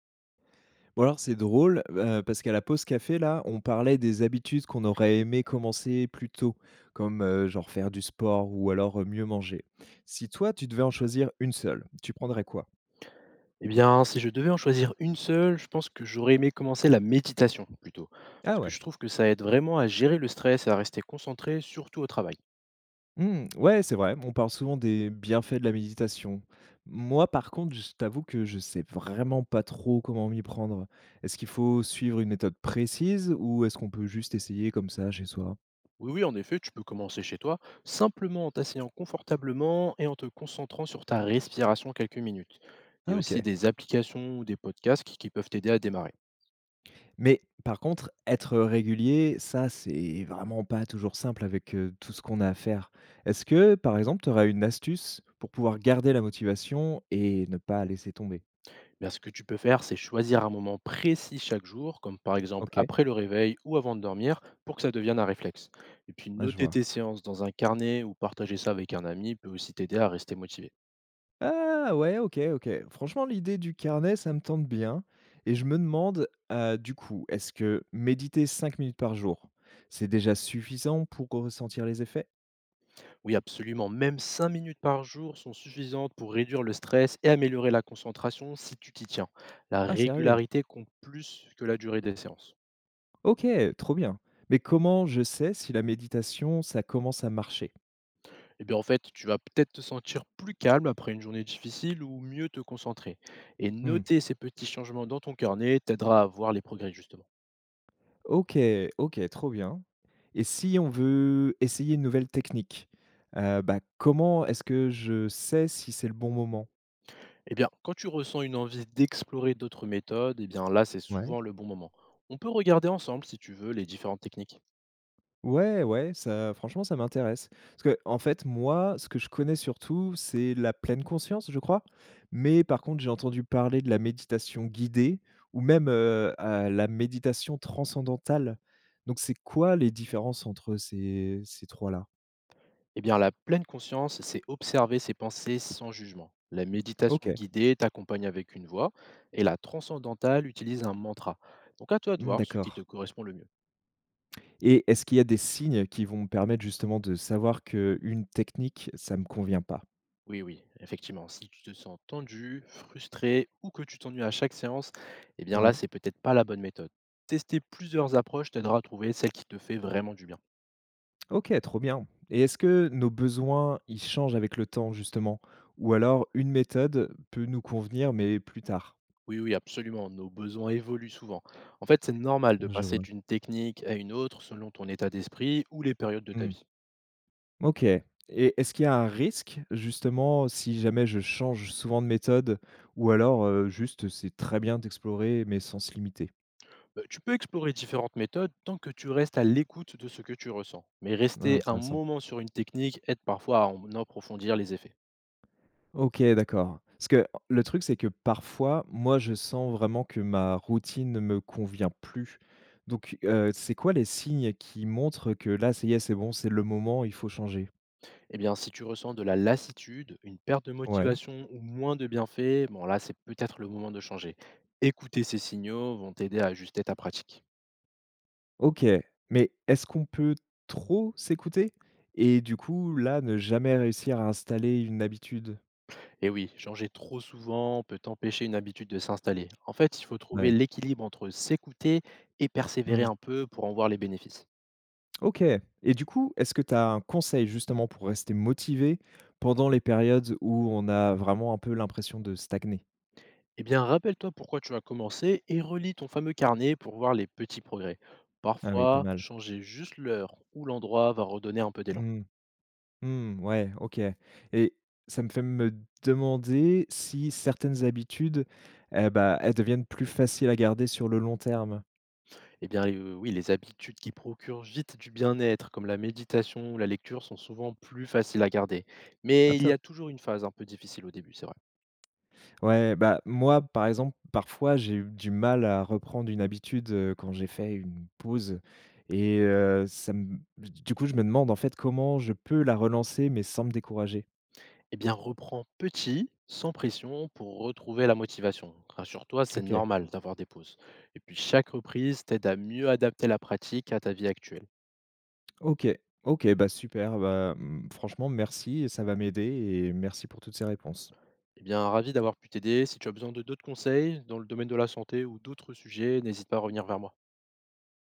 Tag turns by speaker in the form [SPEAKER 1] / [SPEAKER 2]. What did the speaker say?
[SPEAKER 1] Ou alors c'est drôle, parce qu'à la pause café là, on parlait des habitudes qu'on aurait aimé commencer plus tôt, comme, genre faire du sport ou alors, mieux manger. Si toi, tu devais en choisir une seule, tu prendrais quoi?
[SPEAKER 2] Eh bien, si je devais en choisir une seule, je pense que j'aurais aimé commencer la méditation plutôt.
[SPEAKER 1] Ah
[SPEAKER 2] Parce que
[SPEAKER 1] ouais.
[SPEAKER 2] je trouve que ça aide vraiment à gérer le stress et à rester concentré, surtout au travail.
[SPEAKER 1] Mmh, ouais, c'est vrai, on parle souvent des bienfaits de la méditation. Moi, par contre, je t'avoue que je sais vraiment pas trop comment m'y prendre. Est-ce qu'il faut suivre une méthode précise ou est-ce qu'on peut juste essayer comme ça chez soi?
[SPEAKER 2] Oui, oui, en effet, tu peux commencer chez toi, simplement en t'asseyant confortablement et en te concentrant sur ta respiration quelques minutes. Il y
[SPEAKER 1] Ah
[SPEAKER 2] a aussi
[SPEAKER 1] OK.
[SPEAKER 2] des applications ou des podcasts qui peuvent t'aider à démarrer.
[SPEAKER 1] Mais par contre, être régulier, ça, c'est vraiment pas toujours simple avec, tout ce qu'on a à faire. Est-ce que, par exemple, tu aurais une astuce pour pouvoir garder la motivation et ne pas laisser tomber?
[SPEAKER 2] Bien, ce que tu peux faire, c'est choisir un moment précis chaque jour, comme par exemple
[SPEAKER 1] OK,
[SPEAKER 2] après le réveil ou avant de dormir, pour que ça devienne un réflexe. Et puis
[SPEAKER 1] ah je
[SPEAKER 2] noter
[SPEAKER 1] vois.
[SPEAKER 2] tes séances dans un carnet ou partager ça avec un ami peut aussi t'aider à rester motivé.
[SPEAKER 1] Ah ouais, OK, OK. Franchement, l'idée du carnet, ça me tente bien et je me demande, du coup, est-ce que méditer 5 minutes par jour, c'est déjà suffisant pour ressentir les effets?
[SPEAKER 2] Oui, absolument. Même 5 minutes par jour sont suffisantes pour réduire le stress et améliorer la concentration si tu t'y tiens. La
[SPEAKER 1] Ah sérieux?
[SPEAKER 2] régularité compte plus que la durée des séances.
[SPEAKER 1] OK, trop bien. Mais comment je sais si la méditation, ça commence à marcher?
[SPEAKER 2] Eh bien, en fait, tu vas peut-être te sentir plus calme après une journée difficile ou mieux te concentrer. Et
[SPEAKER 1] Mmh.
[SPEAKER 2] noter ces petits changements dans ton carnet t'aidera à voir les progrès, justement.
[SPEAKER 1] OK, OK, trop bien et si on veut essayer une nouvelle technique, bah, comment est-ce que je sais si c'est le bon moment?
[SPEAKER 2] Eh bien, quand tu ressens une envie d'explorer d'autres méthodes, eh bien là, c'est
[SPEAKER 1] Ouais.
[SPEAKER 2] souvent le bon moment. On peut regarder ensemble, si tu veux, les différentes techniques.
[SPEAKER 1] Ouais, ouais, ça franchement, ça m'intéresse. Parce que en fait, moi, ce que je connais surtout, c'est la pleine conscience, je crois, mais par contre, j'ai entendu parler de la méditation guidée ou même, à la méditation transcendantale. Donc c'est quoi les différences entre ces 3 là?
[SPEAKER 2] Eh bien, la pleine conscience, c'est observer ses pensées sans jugement. La méditation
[SPEAKER 1] OK,
[SPEAKER 2] guidée t'accompagne avec une voix et la transcendantale utilise un mantra. Donc, à toi de
[SPEAKER 1] mmh,
[SPEAKER 2] voir ce qui te
[SPEAKER 1] d'accord.
[SPEAKER 2] correspond le mieux.
[SPEAKER 1] Et est-ce qu'il y a des signes qui vont me permettre justement de savoir qu'une technique, ça me convient pas?
[SPEAKER 2] Oui, oui, effectivement. Si tu te sens tendu, frustré ou que tu t'ennuies à chaque séance, eh bien là,
[SPEAKER 1] Ouais.
[SPEAKER 2] c'est peut-être pas la bonne méthode. Tester plusieurs approches t'aidera à trouver celle qui te fait vraiment du bien.
[SPEAKER 1] OK, trop bien. Et est-ce que nos besoins, ils changent avec le temps justement? Ou alors une méthode peut nous convenir, mais plus tard?
[SPEAKER 2] Oui, oui, absolument. Nos besoins évoluent souvent. En fait, c'est normal de
[SPEAKER 1] Je
[SPEAKER 2] passer
[SPEAKER 1] vois.
[SPEAKER 2] d'une technique à une autre selon ton état d'esprit ou les périodes de ta
[SPEAKER 1] Mmh.
[SPEAKER 2] vie.
[SPEAKER 1] OK. Et est-ce qu'il y a un risque justement si jamais je change souvent de méthode ou alors, juste c'est très bien d'explorer mais sans se limiter?
[SPEAKER 2] Tu peux explorer différentes méthodes tant que tu restes à l'écoute de ce que tu ressens. Mais
[SPEAKER 1] Ah
[SPEAKER 2] rester un
[SPEAKER 1] intéressant.
[SPEAKER 2] moment sur une technique aide parfois à en approfondir les effets.
[SPEAKER 1] OK, d'accord. Parce que le truc, c'est que parfois, moi, je sens vraiment que ma routine ne me convient plus. Donc, c'est quoi les signes qui montrent que là, ça y est, c'est bon, c'est le moment, il faut changer?
[SPEAKER 2] Eh bien, si tu ressens de la lassitude, une perte de
[SPEAKER 1] Ouais,
[SPEAKER 2] motivation ou moins de bienfaits, bon là, c'est peut-être le moment de changer. Écouter ces signaux vont t'aider à ajuster ta pratique.
[SPEAKER 1] OK. Mais est-ce qu'on peut trop s'écouter? Et du coup, là, ne jamais réussir à installer une habitude?
[SPEAKER 2] Et oui, changer trop souvent peut empêcher une habitude de s'installer. En fait, il faut trouver
[SPEAKER 1] Ouais.
[SPEAKER 2] l'équilibre entre s'écouter et persévérer
[SPEAKER 1] Mmh.
[SPEAKER 2] un peu pour en voir les bénéfices.
[SPEAKER 1] OK. Et du coup, est-ce que tu as un conseil justement pour rester motivé pendant les périodes où on a vraiment un peu l'impression de stagner?
[SPEAKER 2] Eh bien, rappelle-toi pourquoi tu as commencé et relis ton fameux carnet pour voir les petits progrès.
[SPEAKER 1] Ah oui, pas
[SPEAKER 2] Parfois,
[SPEAKER 1] mal.
[SPEAKER 2] changer juste l'heure ou l'endroit va redonner un peu d'élan.
[SPEAKER 1] Mmh. Mmh, ouais, OK et ça me fait me demander si certaines habitudes, eh bah, elles deviennent plus faciles à garder sur le long terme?
[SPEAKER 2] Eh bien, oui, les habitudes qui procurent vite du bien-être, comme la méditation ou la lecture, sont souvent plus faciles à garder.
[SPEAKER 1] Ah
[SPEAKER 2] Mais il y
[SPEAKER 1] top.
[SPEAKER 2] a toujours une phase un peu difficile au début, c'est vrai.
[SPEAKER 1] Ouais, bah, moi, par exemple, parfois, j'ai eu du mal à reprendre une habitude, quand j'ai fait une pause et ça me du coup, je me demande, en fait, comment je peux la relancer, mais sans me décourager?
[SPEAKER 2] Eh bien, reprends petit, sans pression, pour retrouver la motivation. Rassure-toi, c'est
[SPEAKER 1] OK.
[SPEAKER 2] normal d'avoir des pauses. Et puis, chaque reprise t'aide à mieux adapter la pratique à ta vie actuelle.
[SPEAKER 1] OK. OK, bah, super, bah, mmh, franchement merci, ça va m'aider et merci pour toutes ces réponses.
[SPEAKER 2] Eh bien, ravi d'avoir pu t'aider. Si tu as besoin de d'autres conseils dans le domaine de la santé ou d'autres sujets, n'hésite pas à revenir vers moi.